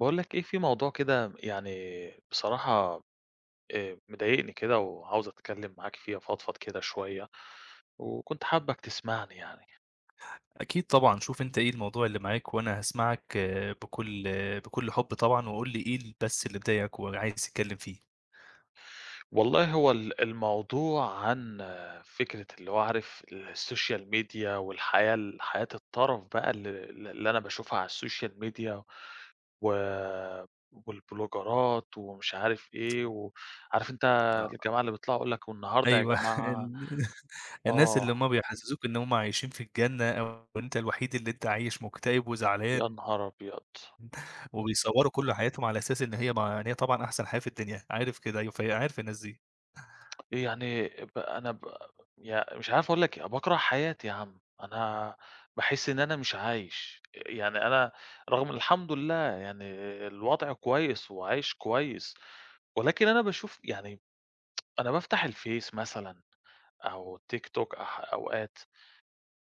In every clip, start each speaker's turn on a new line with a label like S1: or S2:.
S1: باقول لك إيه، في موضوع كده، يعني بصراحة مضايقني كده وعاوز أتكلّم معاك فيه، أفضفض كده شوية، وكنت حابّك تسمعني يعني.
S2: أكيد طبعًا، شوف أنت إيه الموضوع اللي معاك وأنا هاسمعك بكل بكل حُب طبعًا، وقُل لي إيه بس اللي مضايقك وعايز تتكلّم فيه.
S1: والله هو الموضوع عن فكرة، اللي هو عارف السوشيال ميديا، والحياة حياة الطرف بقى ال ال اللي أنا باشوفها على السوشيال ميديا و والبلوجرات ومش عارف إيه، وعارف أنت
S2: آه،
S1: الجماعة اللي بيطلعوا يقول لك والنهارده يا
S2: أيوه
S1: جماعة،
S2: الناس اللي
S1: آه،
S2: هُم بيحسّسوك إن هُم عايشين في الجنة أو إن أنت الوحيد اللي أنت عايش مُكتئب
S1: يا
S2: وزعلان،
S1: نهار أبيض!
S2: وبيصوّروا كل حياتهم على أساس إن هي ما إن هي طبعًا أحسن حياة في الدنيا، عارف كده، أيوه، ف عارف الناس دي.
S1: يعني ب أنا ب يع مش عارف أقول لك إيه، باكره حياتي يا عم. أنا باحس إن أنا مش عايش، يعني أنا رغم الحمد لله، يعني الوضع كويس وعايش كويس، ولكن أنا باشوف يعني، أنا بافتح الفيس مثلًا أو التيك توك أوقات،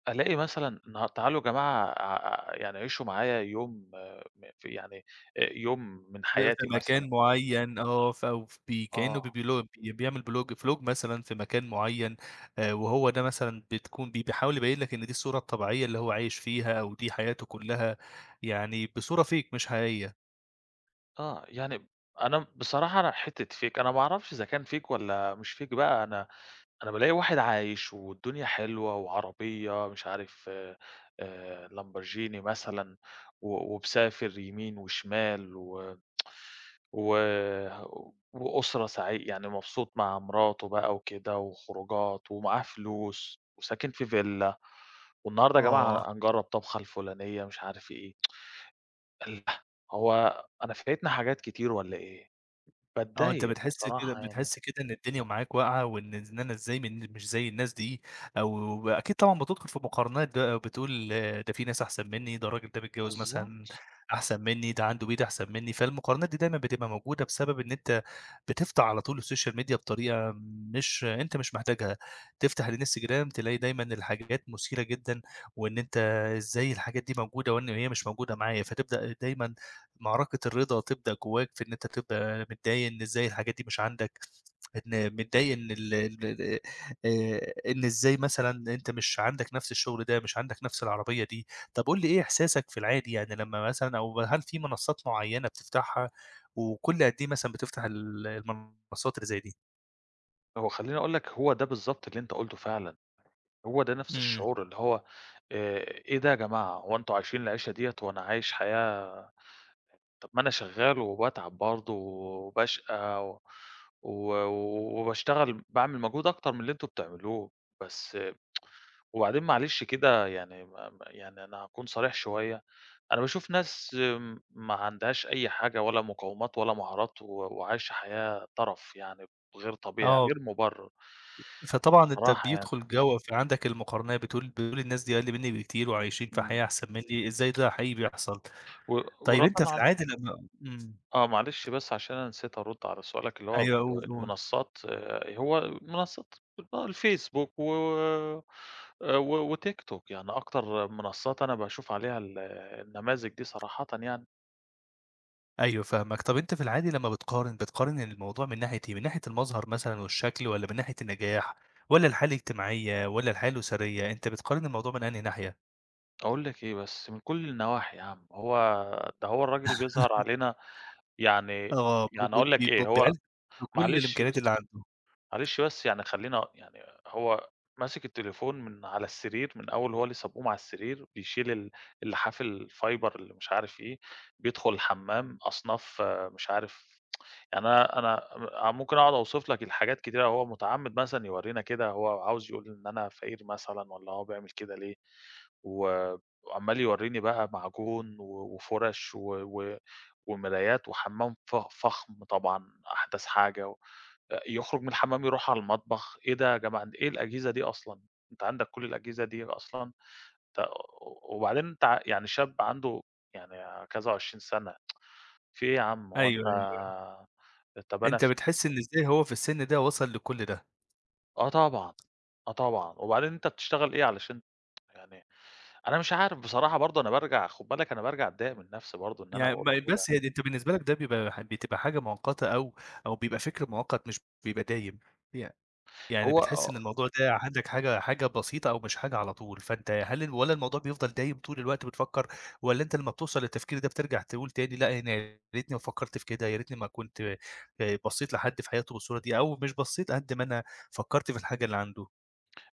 S1: ألاقي مثلًا تعالوا يا جماعة، يعني عيشوا معايا يوم، آه، م في يعني يوم من
S2: في
S1: حياتي مثلًا.
S2: مكان معيّن، آه، ف وف بي كإنه
S1: آه.
S2: ببلو بي بيعمل بلوج فلوج مثلًا في مكان معيّن. وهو ده مثلًا بتكون بي بيحاول يبيّن لك إن دي الصورة الطبيعية اللي هو عايش فيها أو دي حياته كلّها، يعني بصورة fake مش حقيقية.
S1: آه، يعني أنا بصراحة أنا حتّة fake، أنا ما أعرفش إذا كان fake والّا مش fake بقى. أنا بالاقي واحد عايش والدنيا حلوة وعربية مش عارف، لامبورجيني مثلًا، ومسافر يمين وشمال و و وأسرة يعني مبسوط مع مراته بقى وكده وخروجات ومعاه فلوس وساكن في فيلا، والنهارده يا
S2: آه.
S1: جماعة هنجرّب طبخة الفلانية، مش عارف إيه. الله! هو أنا فايتنا حاجات كتير والّا إيه؟
S2: آه، أنت
S1: باتضايق
S2: بتحس كده
S1: بصراحة يعني.
S2: بتحس كده إن الدنيا معاك واقعة، وإن أنا إزاي مش زي الناس دي، أو أكيد طبعًا بتدخل في مقارنات بقى وبتقول ده في ناس أحسن منّي، ده الراجل ده متجوّز مثلًا
S1: بالضبط.
S2: أحسن منّي، ده عنده بيت أحسن منّي. فالمقارنات دي دايمًا بتبقى موجودة بسبب إن أنت بتفتح على طول السوشيال ميديا بطريقة مش محتاجها. تفتح الإنستجرام تلاقي دايمًا الحاجات مثيرة جدًا، وإن أنت إزاي الحاجات دي موجودة وإن هي مش موجودة معايا، فتبدأ دايمًا معركة الرضا تبدأ جواك في إن أنت تبقى متضايق إن إزاي الحاجات دي مش عندك، إن متضايق إن ال ال إن إزاي مثلًا أنت مش عندك نفس الشغل ده، مش عندك نفس العربية دي. طب قُل لي إيه إحساسك في العادي يعني لمّا مثلًا، أو هل في منصات معيّنة بتفتحها، وكل قد إيه مثلًا بتفتح المنصات اللي زي دي؟
S1: هو خلّيني أقول لك، هو ده بالضبط اللي أنت قُلته فعلًا، هو ده نفس
S2: إمم.
S1: الشعور، اللي هو إيه ده يا جماعة، هو أنتم عايشين العيشة ديّة وأنا عايش حياة. طب ما أنا شغّال وباتعب برضه وباشقى و و وباشتغل باعمل مجهود أكتر من اللي أنتم بتعملوه، بس. وبعدين معلش كده، يعني ما ما يعني أنا هاكون صريح شوية، أنا باشوف ناس ما عندهاش أي حاجة ولا مقاومات ولا مهارات وعايشة حياة تَرَف، يعني غير طبيعي،
S2: آه.
S1: غير مُبرر.
S2: فطبعًا أنت
S1: بصراحة يعني.
S2: بيدخل جَوَّ فعندك المقارنة، بتقول الناس دي أقل مني بكتير وعايشين في
S1: إمم.
S2: حياة أحسن مني، إزاي ده حقيقي بيحصل؟
S1: و
S2: طيب
S1: ورَدًا
S2: أنت في
S1: على
S2: العادي لمّا
S1: آه معلش بس عشان أنا نسيت أرُد على سؤالك، اللي هو
S2: أيوه قُل، قُل.
S1: المنصات، هو المنصات، الفيسبوك و آآ و وتيك توك، يعني أكتر منصات أنا باشوف عليها النماذج دي صراحةً يعني.
S2: أيوه فاهمك. طب أنت في العادي لمّا بتقارن، بتقارن الموضوع من ناحية إيه؟ من ناحية المظهر مثلًا والشكل، والّا من ناحية النجاح والّا الحالة الاجتماعية والّا الحياة الأسرية؟ أنت بتقارن الموضوع من أنهي ناحية؟
S1: أقول لك إيه، بس من كل النواحي يا عم. هو ده هو الراجل بيظهر علينا يعني
S2: آه، ب
S1: يعني
S2: ب
S1: أقول
S2: ب
S1: لك إيه،
S2: ب بعلم بكل
S1: معلش
S2: الإمكانيات
S1: بس
S2: اللي عنده.
S1: معلش بس يعني، خلّينا يعني، هو ماسك التليفون من على السرير من أول، هو لسه بيقوم على السرير، بيشيل اللحاف الفايبر اللي مش عارف إيه، بيدخل الحمّام أصناف، مش عارف يعني. أنا ممكن أقعد أوصف لك الحاجات كتيرة، هو متعمّد مثلًا يورّينا كده، هو عاوز يقول إن أنا فقير مثلًا، والّا هو بيعمل كده ليه، و وعمّال يورّيني بقى معجون وفُرَش و و ومرايات وحمّام فخم طبعًا، أحدث حاجة، و يخرج من الحمّام يروح على المطبخ. إيه ده يا جماعة، إيه الأجهزة دي أصلًا! أنت عندك كل الأجهزة دي أصلًا! ت وبعدين أنت، يعني شاب عنده يعني كذا و20 سَنة، في إيه يا عم، هو أنت؟
S2: أيوه، أيوه.
S1: طَب
S2: أنت بتحس إن إزاي هو في السن ده وصل لكل ده.
S1: آه طبعًا. آه طبعًا. وبعدين أنت بتشتغل إيه علشان يعني. أنا مش عارف بصراحة برضه، أنا بارجع، خُد بالك، أنا بارجع أتضايق من نَفْسي برضه إن أنا
S2: يعني
S1: باقول كده.
S2: بس هي دي، أنت بالنسبة لك ده بيبقى ح بتبقى حاجة مؤقتة، أو أو بيبقى فكر مؤقت مش بيبقى دايم. ي يعني
S1: هو
S2: بتحس إن
S1: آه،
S2: الموضوع ده عندك حاجة بسيطة أو مش حاجة على طول، فأنت هل والّا الموضوع بيفضل دايم طول الوقت بتفكّر، والّا أنت لمّا بتوصل للتفكير ده بترجع تقول تاني: لأ أنا يا ريتني ما فكّرت في كده، يا ريتني ما كنت بصّيت لحد في حياته بالصورة دي، أو مش بصّيت قد ما أنا فكّرت في الحاجة اللي عنده؟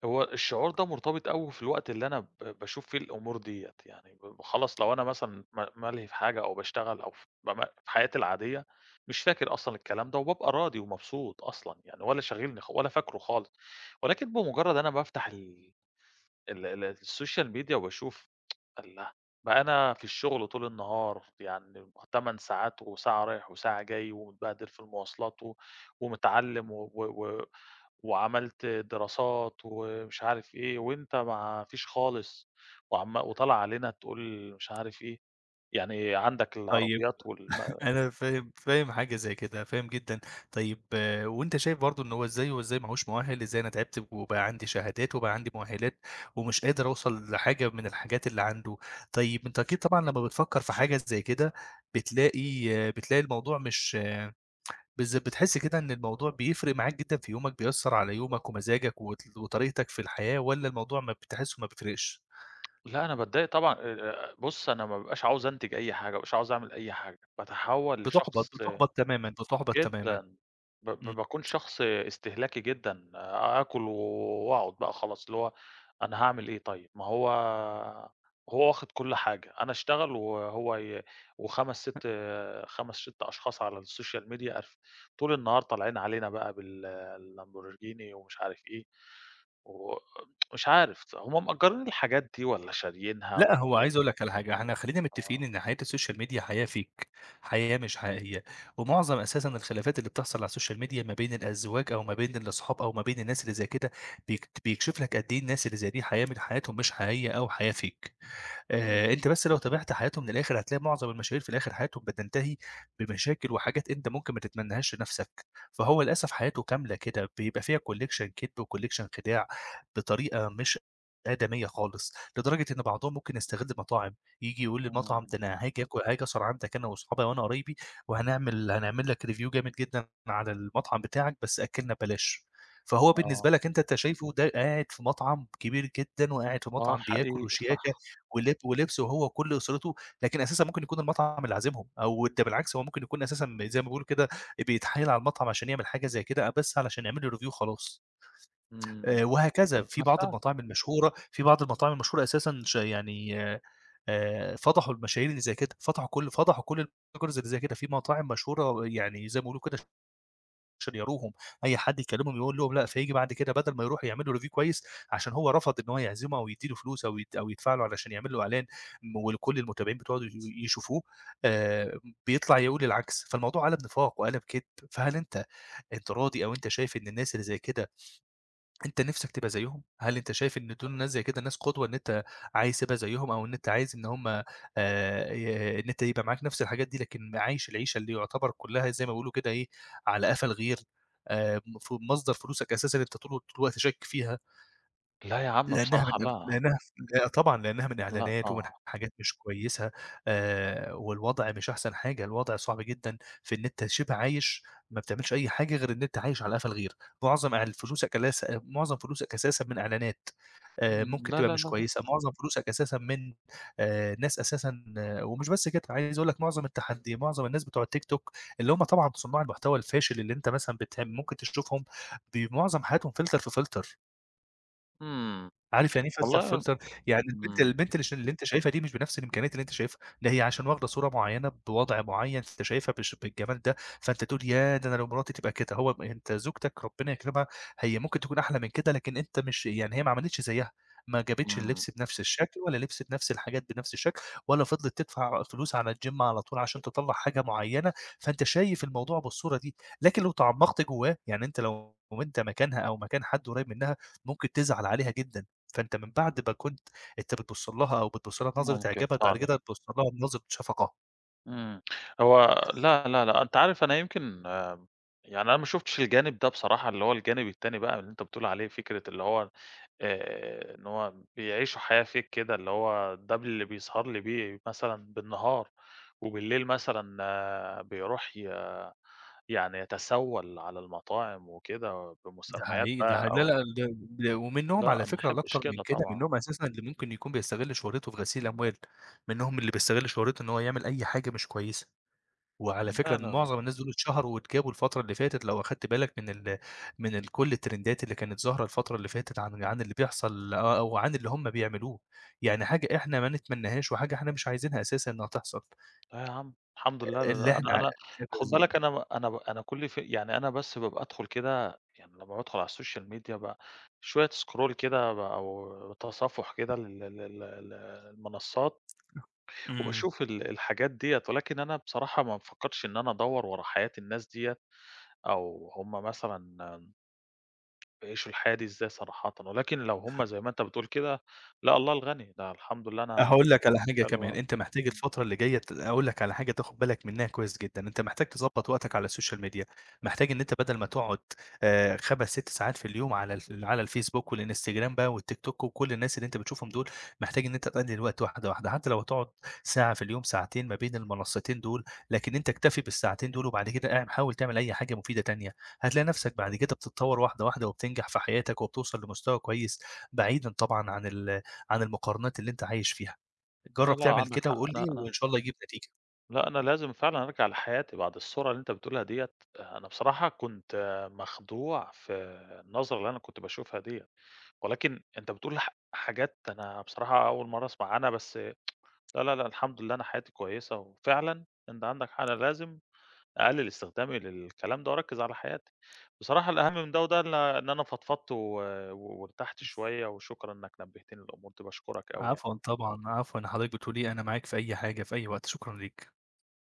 S1: هو الشعور ده مرتبط أوي في الوقت اللي أنا باشوف فيه الأمور ديّة، يعني خلاص، لو أنا مثلًا مَلهي في حاجة أو باشتغل أو ف بم في حياتي العادية، مش فاكر أصلًا الكلام ده، وبابقى راضي ومبسوط أصلًا يعني، ولا شاغلني ولا فاكره خالص، ولكن بمُجرّد أنا بافتح ال ال ال السوشيال ميديا وباشوف الله! بقى أنا في الشغل طول النهار، يعني 8 ساعات، وساعة رايح وساعة جاي، ومتبهدل في المواصلات ومتعلّم و و و وعملت دراسات، ومش عارف إيه، وأنت ما فيش خالص، وطالع علينا تقول مش عارف إيه، يعني عندك
S2: طيب،
S1: العربيات
S2: أنا فاهم،
S1: إمم.
S2: فاهم حاجة زي كده، فاهم جدًا. طيب آه، وأنت شايف برضه إن هو إزاي ما هوش مؤهّل، إزاي أنا تعبت وبقى عندي شهادات وبقى عندي مؤهّلات ومش قادر أوصل لحاجة من الحاجات اللي عنده. طيب، أنت أكيد طبعًا لمّا بتفكّر في حاجة زي كده بتلاقي آه، بتلاقي الموضوع مش بتحس كده إن الموضوع بيفرق معاك جدًا في يومك، بيأثّر على يومك ومزاجك وطريقتك في الحياة، والّا الموضوع ما بتحسّه ما بيفرقش؟
S1: لأ، أنا باتضايق طبعًا. بُص، أنا ما بابقاش عاوز أنتج أي حاجة، ما بابقاش عاوز أعمل أي حاجة، باتحوّل
S2: بتُحبط
S1: لشخص،
S2: بتُحبط تمامًا، بتُحبط تمامًا.
S1: جدًا، ب ب
S2: إمم.
S1: باكون شخص استهلاكي جدًا، آكل وأقعد بقى خلاص، اللي هو أنا هاعمل إيه طيب؟ ما هو، هو واخد كل حاجة، أنا أشتغل وهو، و5 6 5 6 أشخاص على السوشيال ميديا، طول النهار طالعين علينا بقى باللامبورجيني ومش عارف إيه، ومش عارف هم مأجرين الحاجات دي والّا شاريينها
S2: لأ،
S1: والّا
S2: هو
S1: إيه؟
S2: عايز أقول لك على حاجة: إحنا خلّينا متّفقين
S1: آه.
S2: إن حياة السوشيال ميديا حياة fake، حياة مش حقيقية. ومعظم أساسًا الخلافات اللي بتحصل على السوشيال ميديا ما بين الأزواج أو ما بين الأصحاب أو ما بين الناس اللي زي كده، بيكشف لك قد إيه الناس اللي زي دي حياة من حياتهم مش حقيقية أو حياة fake.
S1: إمم.
S2: أنت بس لو تابعت حياتهم للآخر هتلاقي معظم المشاهير في الآخر حياتهم بتنتهي بمشاكل وحاجات أنت ممكن ما تتمناهاش لنفسك. فهو للأسف حياته كاملة كده، بيبقى فيها collection كدب وcollection خداع بطريقة مش آدمية خالص، لدرجة إن بعضهم ممكن يستغل المطاعم. ييجي يقول
S1: إمم.
S2: للمطعم: ده أنا هاجي آكل هاجي أسهر عندك أنا وأصحابي وأنا قرايبي، وهنعمل لك review جامد جدًا على المطعم بتاعك بس أكلنا ببلاش. فهو
S1: آه.
S2: بالنسبة لك، أنت شايفه ده قاعد في مطعم كبير جدًا وقاعد في
S1: آه،
S2: مطعم بياكل
S1: حقيقي
S2: وشياكة
S1: صح.
S2: ولبس وهو وكل أسرته، لكن أساسًا ممكن يكون المطعم اللي عازمهم، أو ده بالعكس، هو ممكن يكون أساسًا زي ما بيقولوا كده بيتحايل على المطعم عشان يعمل حاجة زي كده بس علشان يعمل له review وخلاص.
S1: إمم.
S2: وهكذا.
S1: أنا فعلًا.
S2: في بعض المطاعم المشهورة أساسًا ش يعني فضحوا المشاهير اللي زي كده، فضحوا كل البلوجرز اللي زي كده. في مطاعم مشهورة يعني زي ما بيقولوا كده شريروهم، أي حد يكلمهم يقول لهم لأ، فييجي بعد كده بدل ما يروحوا يعملوا review كويس، عشان هو رفض إن هو يعزمه أو يدّي له فلوس أو يت أو يدفع له علشان يعمل له إعلان، وكل المتابعين بتوعه يشوفوه، آآ بيطلع يقول العكس. فالموضوع قلب نفاق وقلب كدب. فهل أنت راضي، أو أنت شايف إن الناس اللي زي كده أنت نِفْسك تبقى زيّهم؟ هل أنت شايف إن دول ناس زي كده ناس قدوة، إن أنت عايز تبقى زيّهم، أو إن أنت عايز إن هم ي إن أنت يبقى معاك نَفْس الحاجات دي لكن عايش العيشة اللي يُعتبر كُلّها زي ما بيقولوا كده إيه، على قفا الغير؟ ف مصدر فلوسك أساسًا أنت طول الوقت شاكك فيها،
S1: لا يا عم،
S2: لإنّها من
S1: بصراحة لأ.
S2: لإنّها لأ طبعًا، لإنّها من
S1: لأ
S2: إعلانات ومن
S1: طبعًا.
S2: حاجات مش كويسة. والوضع مش أحسن حاجة، الوضع صعب جدًا في إن أنت شِبه عايش، ما بتعملش أي حاجة غير إن أنت عايش على قفا الغير. معظم فلوسك أساسًا من إعلانات
S1: إمم.
S2: ممكن
S1: لا،
S2: تبقى
S1: لا،
S2: مش
S1: لا، لا.
S2: كويسة. معظم فلوسك أساسًا من ناس أساسًا. ومش بس كده، عايز أقول لك: معظم الناس بتوع التيك توك اللي هم طبعًا صُناع المحتوى الفاشل اللي أنت مثلًا ممكن تشوفهم معظم حياتهم فلتر في فلتر.
S1: إمم.
S2: عارف يعني إيه filter
S1: والله.
S2: filter، يعني البنت
S1: إمم.
S2: البنت اللي اللي أنت شايفها دي مش بنفس الإمكانيات اللي أنت شايفها، ده هي عشان واخدة صورة معيّنة بوضع معيّن أنت شايفها بالجمال ده. فأنت تقول ياه! ده أنا لو مراتي تبقى كده، هو أنت زوجتك ربنا يكرمها هي ممكن تكون أحلى من كده، لكن أنت مش، يعني هي ما عملتش زيّها، ما جابتش
S1: إمم.
S2: اللبس بنفس الشكل ولا لبست نفس الحاجات بنفس الشكل، ولا فضلت تدفع فلوس على الgym على طول عشان تطلّع حاجة معيّنة. فأنت شايف الموضوع بالصورة دي، لكن لو تعمقت جواه، يعني أنت لو أنت مكانها أو مكان حد قريب منها، ممكن تزعل عليها جدًا. فأنت من بعد ما كنت أنت بتبُص لها بنظرة
S1: ممكن
S2: إعجاب، بعد
S1: فعلًا.
S2: كده بتبُص لها بنظرة شفقة.
S1: إمم. هو لا، لا، لا، أنت عارف، أنا يمكن، يعني أنا ما شُفتش الجانب ده بصراحة، اللي هو الجانب التاني بقى، اللي أنت بتقول عليه، فكرة اللي هو إن هو بيعيشوا حياة fake كده، اللي هو ده اللي بيسهر لي بيه مثلًا بالنهار، وبالليل مثلًا، بيروح يعني يتسول على المطاعم وكده
S2: ده
S1: بمسميات
S2: حقيقي، ده ح
S1: بقى
S2: لا،
S1: أو.
S2: لأ، ده ده ومنهم
S1: لأ،
S2: على
S1: ما
S2: فكرة اللي
S1: احبش
S2: أكتر من
S1: كده
S2: كده،
S1: طبعًا.
S2: منهم أساسًا اللي ممكن يكون بيستغل شهرته في غسيل الأموال، منهم اللي بيستغل شهرته إن هو يعمل أي حاجة مش كويسة. وعلى فكرة
S1: لا،
S2: إن
S1: لا، لا.
S2: معظم الناس دول اتشهروا واتجابوا الفترة اللي فاتت، لو أخدت بالك من ال من ال كل الترندات اللي كانت ظاهرة الفترة اللي فاتت عن اللي بيحصل آه، أو عن اللي هم بيعملوه، يعني حاجة إحنا ما نتمناهاش وحاجة إحنا مش عايزينها أساسًا إنها تحصل.
S1: لا يا عم، الحمد لله. لا،
S2: اللي
S1: لا، أنا
S2: إحنا
S1: أنا خُد
S2: بالض
S1: بالك، أنا ب أنا ب أنا كل ف يعني أنا بس بابقى أدخل كده يعني، لمّا بادخل على الSocial media شوية scroll كده أو تصفُّح كده لل لل لل للمنصات
S2: إمم.
S1: وباشوف الحاجات ديّة، ولكن أنا بصراحة ما بافكّرش إن أنا أدوّر ورا حياة الناس ديّة، أو هم مثلًا بيعيشوا الحياة دي إزاي صراحةً، ولكن لو هم زي ما أنت بتقول كده، لا، الله الغني، ده الحمد لله أنا.
S2: هاقول لك على حاجة
S1: حلو
S2: كمان،
S1: أوي.
S2: أنت محتاج الفترة اللي جاية أقول لك على حاجة تاخد بالك منها كويس جدًا، أنت محتاج تضبّط وقتك على السوشيال ميديا، محتاج إن أنت بدل ما تقعد 5، 6 ساعات في اليوم على الفيسبوك والإنستجرام بقى والتيك توك وكل الناس اللي أنت بتشوفهم دول، محتاج إن أنت تقلل الوقت واحدة، واحدة. حتى لو هتقعد ساعة في اليوم، ساعتين ما بين المنصتين دول، لكن أنت اكتفي بالساعتين دول وبعد كده حاول تعمل أي حاجة مفيدة تانية، هتلاقي نفسك بعد كده بتتطور واحدة، واحدة وبتنجح في حياتك وبتوصل لمستوى كويس، بعيدًا طبعًا عن عن المقارنات اللي أنت عايش فيها.
S1: لا،
S2: جرّب
S1: لأ،
S2: تعمل
S1: عندك
S2: كده
S1: حق.
S2: وقُل
S1: أنا
S2: لي
S1: أنا
S2: وإن شاء الله يجيب نتيجة.
S1: لأ، أنا لازم فعلًا أرجع لحياتي بعد الصورة اللي أنت بتقولها ديّة. أنا بصراحة كنت مخدوع في النظرة اللي أنا كنت باشوفها ديّة، ولكن أنت بتقول حاجات، أنا بصراحة أول مرّة أسمع عنها، بس لا، لا، لأ، الحمد لله أنا حياتي كويسة، وفعلًا أنت عندك حق، أنا لازم أقلل استخدامي للكلام ده وأركّز على حياتي. بصراحة الأهم من ده وده إن أنا فضفضت وارتحت شوية، وشكرًا إنك نبهتني للأمور دي، باشكرك أوي
S2: عفوًا
S1: يعني.
S2: طبعًا، عفوًا، حضرتك بتقول إيه، أنا معاك في أي حاجة في أي وقت، شكرًا ليك.